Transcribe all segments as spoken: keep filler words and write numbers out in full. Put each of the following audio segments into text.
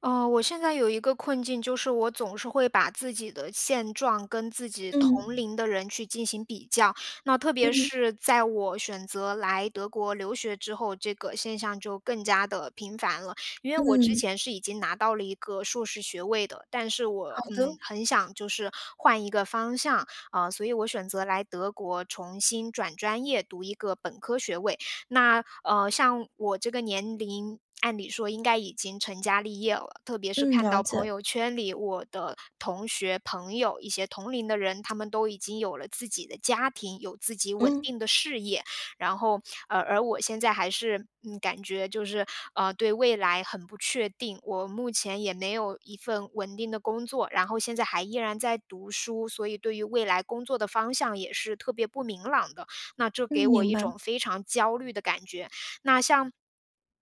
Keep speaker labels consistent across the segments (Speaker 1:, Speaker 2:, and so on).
Speaker 1: 呃，我现在有一个困境，就是我总是会把自己的现状跟自己同
Speaker 2: 嗯，
Speaker 1: 龄的人去进行比较。那特别
Speaker 2: 嗯
Speaker 1: 是在我选择来德国留学之后，这个现象就更加的频繁了。因为我之
Speaker 2: 嗯，
Speaker 1: 前是已经拿到了一个硕士学位的，但是我
Speaker 2: 好的，
Speaker 1: 嗯很想就是换一个方向啊、呃所以我选择来德国重新转专业，读一个本科学位。那呃，像我这个年龄，按理说应该已经成家立业了，特别是
Speaker 2: 嗯，
Speaker 1: 看
Speaker 2: 了
Speaker 1: 到朋
Speaker 2: 解，
Speaker 1: 友圈里我的同学、朋友、一些同龄的人，他们都已经有了自己的家庭，有自己稳
Speaker 2: 嗯
Speaker 1: 定的事业，然后呃，而我现在还是嗯，感觉就是呃，对未来很不确定。我目前也没有一份稳定的工作，然后现在还依然在读书，所以对于未来工作的方向也是特别不明朗的。那这
Speaker 2: 嗯，
Speaker 1: 给我
Speaker 2: 明
Speaker 1: 一
Speaker 2: 白，
Speaker 1: 种非常焦虑的感觉。那像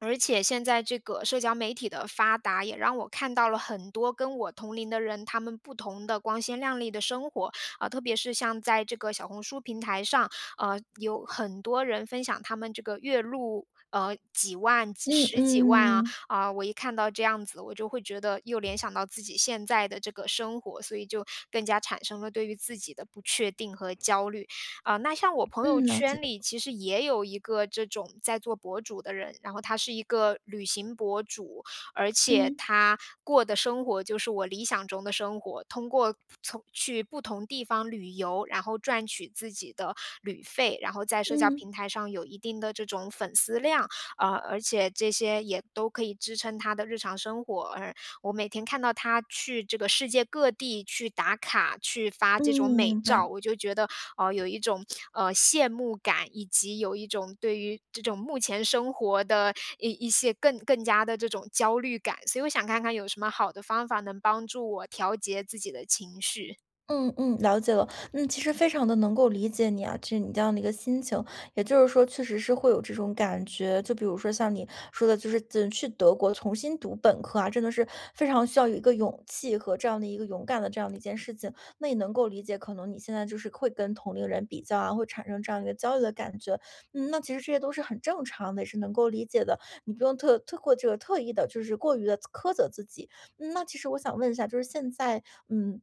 Speaker 1: 而且现在这个社交媒体的发达，也让我看到了很多跟我同龄的人，他们不同的光鲜亮丽的生活啊、特别是像在这个小红书平台上，呃，有很多人分享他们这个月入呃几万、几
Speaker 2: 嗯
Speaker 1: 十几万啊
Speaker 2: 嗯
Speaker 1: 啊、我一看到这样子，我就会觉得又联想到自己现在的这个生活，所以就更加产生了对于自己的不确定和焦虑。啊、那像我朋友
Speaker 2: 嗯，老子。
Speaker 1: 圈里其实也有一个这种在做博主的人，然后他是一个旅行博主，而且
Speaker 2: 嗯
Speaker 1: 他过的生活就是我理想中的生活，通过从去不同地方旅游，然后赚取自己的旅费，然后
Speaker 2: 嗯嗯，老子。
Speaker 1: 在社交
Speaker 2: 嗯嗯
Speaker 1: 平台上有一定的这种粉丝量，呃，而且这些也都可以支撑他的日常生活，而我每天看到他去这个世界各地去打卡，去发这种
Speaker 2: 嗯，
Speaker 1: 美
Speaker 2: 明白。
Speaker 1: 照，我就觉得哦，呃，有一种，呃，羡慕感，以及有一种对于这种目前生活的一一些更更加的这种焦虑感。所以我想看看有什么好的方法能帮助我调节自己的情绪。
Speaker 2: 嗯嗯，了解了。嗯，其实非常的能够理解你啊，就是你这样的一个心情，也就是说，确实是会有这种感觉。就比如说像你说的，就是嗯去德国重新读本科啊，真的是非常需要有一个勇气和这样的一个勇敢的这样的一件事情。那也能够理解，可能你现在就是会跟同龄人比较啊，会产生这样一个焦虑的感觉。嗯，那其实这些都是很正常的，也是能够理解的。你不用特特过这个特意的，就是过于的苛责自己。嗯，那其实我想问一下，就是现在，嗯。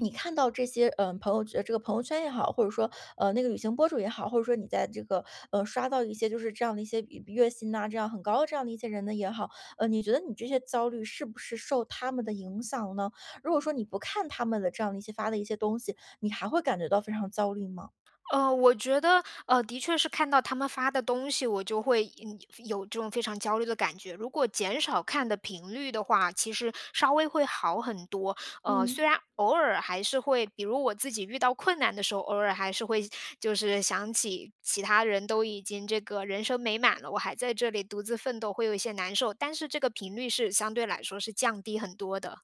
Speaker 2: 你看到这些，嗯，朋友圈这个朋友圈也好，或者说，呃，那个旅行博主也好，或者说你在这个，呃，刷到一些就是这样的一些比月薪呐、这样很高的这样的一些人呢也好，呃，你觉得你这些焦虑是不是受他们的影响呢？如果说你不看他们的这样的一些发的一些东西，你还会感觉到非常焦虑吗？
Speaker 1: 呃，我觉得，呃，的确是看到他们发的东西，我就会嗯有这种非常焦虑的感觉。如果减少看的频率的话，其实稍微会好很多。呃，
Speaker 2: 嗯
Speaker 1: 虽然偶尔还是会，比如我自己遇到困难的时候，偶尔还是会就是想起其他人都已经这个人生美满了，我还在这里独自奋斗，会有一些难受。但是这个频率是相对来说是降低很多的。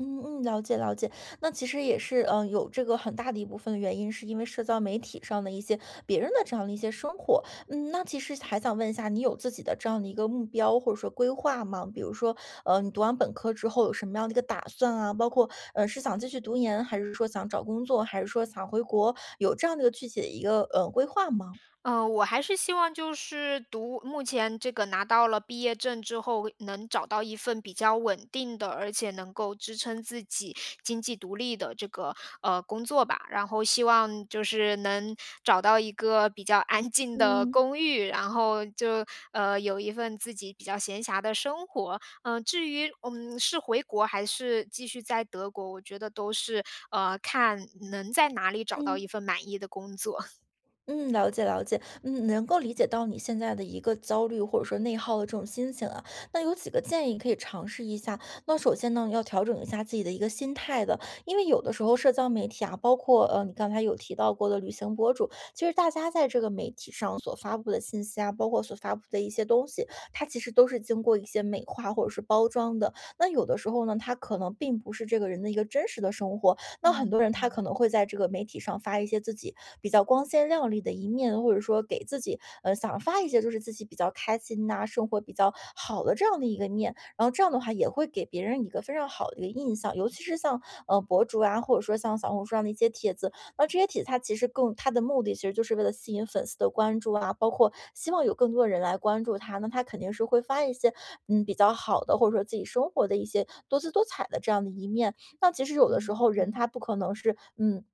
Speaker 2: 嗯嗯，了解了解。那其实也是，嗯、有这个很大的一部分的原因，是因为社交媒体上的一些别人的这样的一些生活。嗯，那其实还想问一下，你有自己的这样的一个目标或者说规划吗？比如说，呃，你读完本科之后有什么样的一个打算啊？包括，呃，是想继续读研，还是说想找工作，还是说想回国？有这样的一个具体的一个，呃，规划吗？
Speaker 1: 嗯，我还是希望就是读目前这个拿到了毕业证之后，能找到一份比较稳定的，而且能够支撑自己经济独立的这个呃工作吧。然后希望就是能找到一个比较安静的
Speaker 2: 嗯
Speaker 1: 公寓，然后就呃有一份自己比较闲暇的生活。嗯、呃至于嗯是回国还是继续在德国，我觉得都是呃看能在哪里找到
Speaker 2: 嗯。
Speaker 1: 一份满意的工作。
Speaker 2: 嗯，了解了解，嗯，能够理解到你现在的一个焦虑或者说内耗的这种心情啊。那有几个建议可以尝试一下。那首先呢，要调整一下自己的一个心态的，因为有的时候社交媒体啊，包括呃你刚才有提到过的旅行博主，其实大家在这个媒体上所发布的信息啊，包括所发布的一些东西，它其实都是经过一些美化或者是包装的。那有的时候呢，它可能并不是这个人的一个真实的生活，那很多
Speaker 1: 嗯
Speaker 2: 人他
Speaker 1: 嗯
Speaker 2: 可能会在这个媒体上发一些自己比较光鲜亮丽的一面，或者说给自己呃想发一些就是自己比较开心呐、生活比较好的这样的一个面，然后这样的话也会给别人一个非常好的一个印象，尤其是像呃博主啊，或者说像小红书上的一些帖子，那这些帖子它其实更它的目的其实就是为了吸引粉丝的关注啊，包括希望有更多的人来关注他，那他肯定是会发一些嗯比较好的，或者说自己生活的一些多姿多彩的这样的一面。那其实有的时
Speaker 1: 嗯。
Speaker 2: 候人他不可能是，嗯。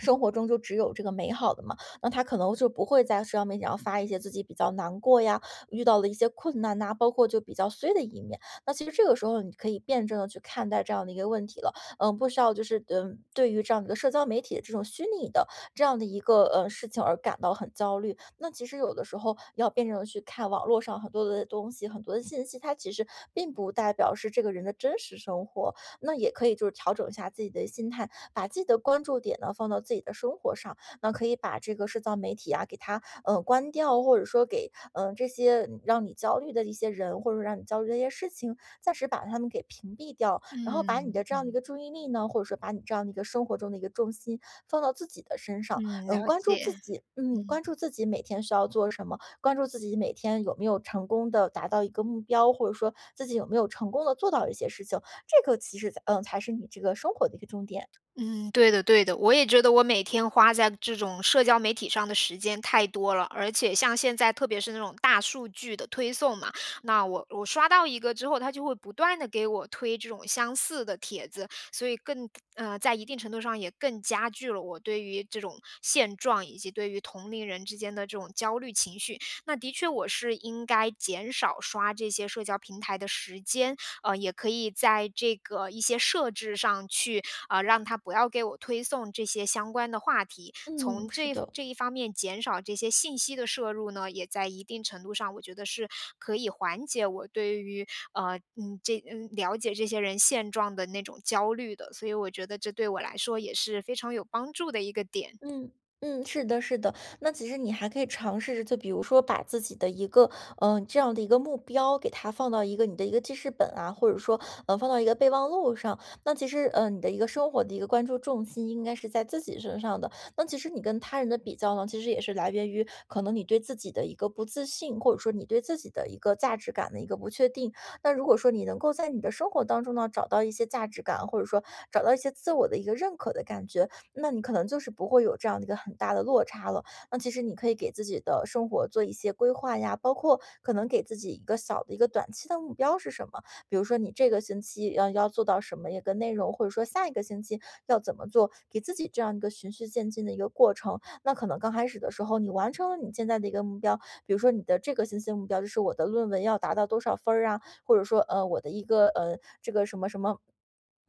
Speaker 2: 生活中就只有这个美好的嘛，那他可能就不会在社交媒体上发一些自己比较难过呀，遇到了一些困难呐、包括就比较衰的一面。那其实这个时候你可以辩证的去看待这样的一个问题了，嗯，不需要就是嗯，对于这样的一个社交媒体的这种虚拟的这样的一个呃事情而感到很焦虑。那其实有的时候要辩证的去看网络上很多的东西，很多的信息，它其实并不代表是这个人的真实生活，那也可以就是调整一下自己的心态，把自己的关注点呢放到自己的生活上，那可以把这个社交媒体啊给它嗯呃关掉，或者说给嗯、呃这些嗯让你焦虑的一些人，或者说让你焦虑的一些事情，暂时把他们给屏蔽掉，然后把你
Speaker 1: 嗯
Speaker 2: 的这样的一
Speaker 1: 嗯
Speaker 2: 个注意力呢，或者说把你这样的一个生活中的一个重心放到自己的身上，
Speaker 1: 嗯，
Speaker 2: 嗯，
Speaker 1: 了
Speaker 2: 关注
Speaker 1: 解，
Speaker 2: 自己，嗯，
Speaker 1: 嗯。
Speaker 2: 关注自己每天需要做什么，关注自己每天有没有成功的达到一个目标，或者说自己有没有成功的做到一些事情，这个其实才嗯，才是你这个生活的一个重点。
Speaker 1: 嗯，对的对的，我也觉得我每天花在这种社交媒体上的时间太多了，而且像现在特别是那种大数据的推送嘛，那我我刷到一个之后，它就会不断的给我推这种相似的帖子，所以更呃，在一定程度上也更加剧了我对于这种现状以及对于同龄人之间的这种焦虑情绪。那的确，我是应该减少刷这些社交平台的时间，呃，也可以在这个一些设置上去。啊，让他不要给我推送这些相关的话题。
Speaker 2: 嗯，
Speaker 1: 从
Speaker 2: 是
Speaker 1: 这
Speaker 2: 的。
Speaker 1: 这一方面减少这些信息的摄入呢，也在一定程度上，我觉得是可以缓解我对于呃，嗯，这嗯了解这些人现状的那种焦虑的。所以我觉得这对我来说也是非常有帮助的一个点。
Speaker 2: 嗯嗯，是的，是的。那其实你还可以尝试着，就比如说把自己的一个，嗯、呃这样的一个目标，给它放到一个你的一个记事本啊，或者说嗯，呃，放到一个备忘录上。那其实嗯，呃，你的一个生活的一个关注重心应该是在自己身上的。那其实你跟他人的比较呢，其实也是来源于可能你对自己的一个不自信，或者说你对自己的一个价值感的一个不确定。那如果说你能够在你的生活当中呢，找到一些价值感，或者说找到一些自我的一个认可的感觉，那你可能就是不会有这样的一个很大的落差了。那其实你可以给自己的生活做一些规划呀，包括可能给自己一个小的一个短期的目标是什么？比如说你这个星期要要做到什么一个内容，或者说下一个星期要怎么做，给自己这样一个循序渐进的一个过程。那可能刚开始的时候，你完成了你现在的一个目标，比如说你的这个星期的目标就是我的论文要达到多少分儿啊，或者说呃我的一个呃这个什么什么。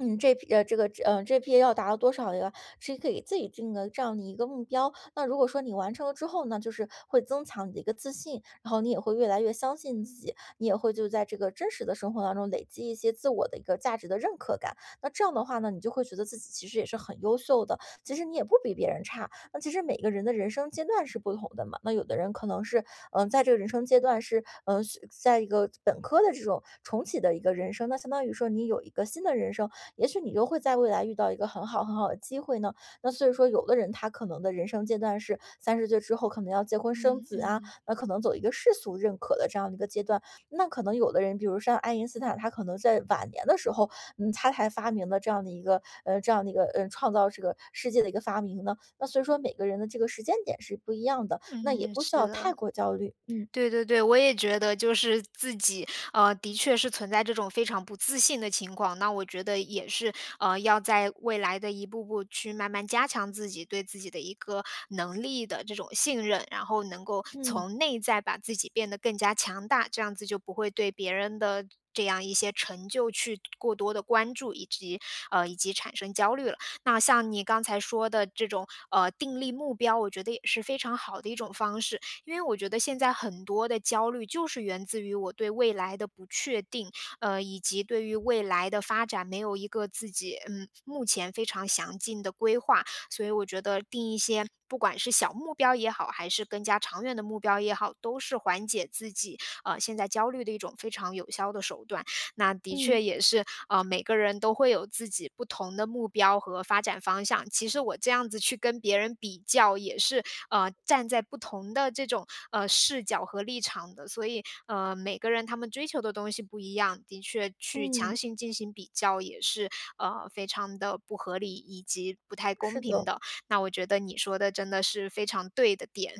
Speaker 2: 嗯，这批呃，这个呃，这批要达到多少呀？是可以给自己定个这样的一个目标。那如果说你完成了之后呢，就是会增强你的一个自信，然后你也会越来越相信自己，你也会就在这个真实的生活当中累积一些自我的一个价值的认可感。那这样的话呢，你就会觉得自己其实也是很优秀的，其实你也不比别人差。那其实每个人的人生阶段是不同的嘛。那有的人可能是，嗯、在这个人生阶段是，嗯、是在一个本科的这种重启的一个人生，那相当于说你有一个新的人生。也许你就会在未来遇到一个很好很好的机会呢。那所以说，有的人他可能的人生阶段是三十岁之后，可能要结婚生
Speaker 1: 嗯
Speaker 2: 子啊，
Speaker 1: 嗯
Speaker 2: 那可能走一个世俗认可的这样的一个阶段。那可能有的人，比如像爱因斯坦，他可能在晚年的时候，嗯，他才发明了这样的一个呃这样的一个嗯呃创造这个世界的一个发明呢。那所以说，每个人的这个时间点是不一样的，那也
Speaker 1: 嗯，
Speaker 2: 不需
Speaker 1: 是
Speaker 2: 要太
Speaker 1: 的。
Speaker 2: 过焦虑。嗯
Speaker 1: 对对对，我也觉得就是自己，呃，的确是存在这种非常不自信的情况。那我觉得也是，呃，要在未来的一步步去慢慢加强自己对自己的一个能力的这种信任，然后能够
Speaker 2: 嗯
Speaker 1: 从内在把自己变得更加强大，这样子就不会对别人的这样一些成就去过多的关注，以及呃以及产生焦虑了。那像你刚才说的这种呃定立目标，我觉得也是非常好的一种方式。因为我觉得现在很多的焦虑就是源自于我对未来的不确定，呃，以及对于未来的发展没有一个自己嗯目前非常详尽的规划，所以我觉得定一些不管是小目标也好，还是更加长远的目标也好，都是缓解自己呃现在焦虑的一种非常有效的手段。那的确
Speaker 2: 嗯
Speaker 1: 也是，呃，每个人都会有自己不同的目标和发展方向。其实我这样子去跟别人比较，也是，呃，站在不同的这种，呃，视角和立场的。所以，呃，每个人他们追求的东西不一样，的确去强
Speaker 2: 嗯，
Speaker 1: 行进行比较也是，呃，非常的不合理以及不太
Speaker 2: 是
Speaker 1: 公平
Speaker 2: 的。
Speaker 1: 的。那我觉得你说的真的是非常对的点。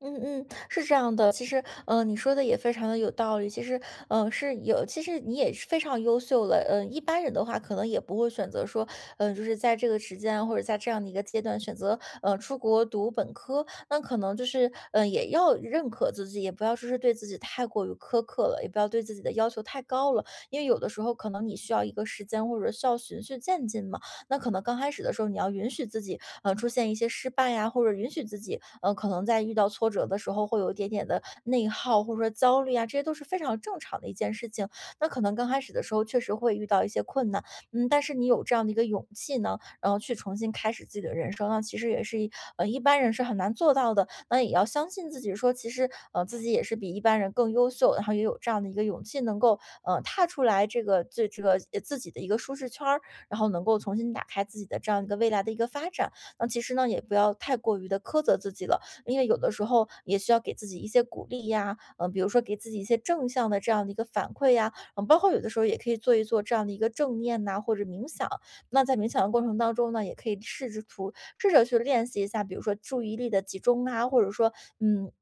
Speaker 2: 嗯嗯，是这样的，其实，嗯，你说的也非常的有道理。其实，嗯，是有，其实你也是非常优秀了。嗯、一般人的话，可能也不会选择说，嗯、就是在这个时间啊或者在这样的一个阶段选择，呃，出国读本科。那可能就是，嗯、也要认可自己，也不要说是对自己太过于苛刻了，也不要对自己的要求太高了。因为有的时候可能你需要一个时间或者需要循序渐进嘛。那可能刚开始的时候，你要允许自己，呃，出现一些失败呀，或者允许自己，呃，可能在遇到挫折的时候会有一点点的内耗，或者说焦虑啊，这些都是非常正常的一件事情。那可能刚开始的时候确实会遇到一些困难，嗯，但是你有这样的一个勇气呢，然后去重新开始自己的人生，那其实也是一呃一般人是很难做到的。那也要相信自己说，其实呃自己也是比一般人更优秀，然后也有这样的一个勇气，能够呃踏出来这个这这个呃自己的一个舒适圈儿，然后能够重新打开自己的这样一个未来的一个发展。那其实呢，也不要太过于的苛责自己了，因为有的时候也需要给自己一些鼓励呀，嗯、比如说给自己一些正向的这样的一个反馈呀，嗯，包括有的时候也可以做一做这样的一个正念呐、或者冥想。那在冥想的过程当中呢，也可以试着图试着去练习一下，比如说注意力的集中啊，或者说嗯。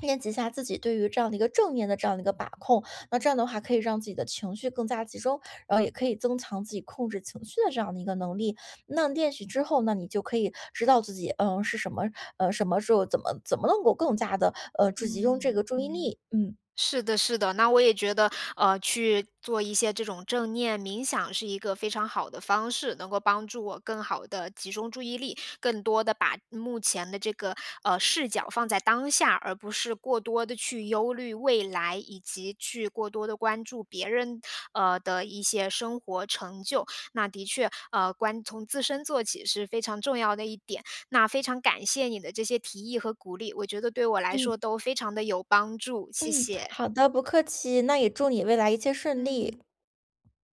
Speaker 2: 练习一下自己对于这样的一个正念的这样的一个把控，那这样的话可以让自己的情绪更加集中，然后也可以增强自己控制情绪的这样的一个能力。那练习之后呢，你就可以知道自己，嗯，是什么，呃，什么时候怎么怎么能够更加的，呃，注集中这个
Speaker 1: 嗯
Speaker 2: 注意
Speaker 1: 嗯。
Speaker 2: 力。嗯
Speaker 1: 是的，是的，那我也觉得，呃，去做一些这种正念冥想是一个非常好的方式，能够帮助我更好的集中注意力，更多的把目前的这个，呃，视角放在当下，而不是过多的去忧虑未来，以及去过多的关注别人，呃，的一些生活成就。那的确，呃，关从自身做起是非常重要的一点。那非常感谢你的这些提议和鼓励，我觉得对我来
Speaker 2: 嗯
Speaker 1: 说都非常的有帮助，谢
Speaker 2: 嗯，
Speaker 1: 谢。
Speaker 2: 好的，不客气。那也祝你未来一切顺利。
Speaker 1: 嗯。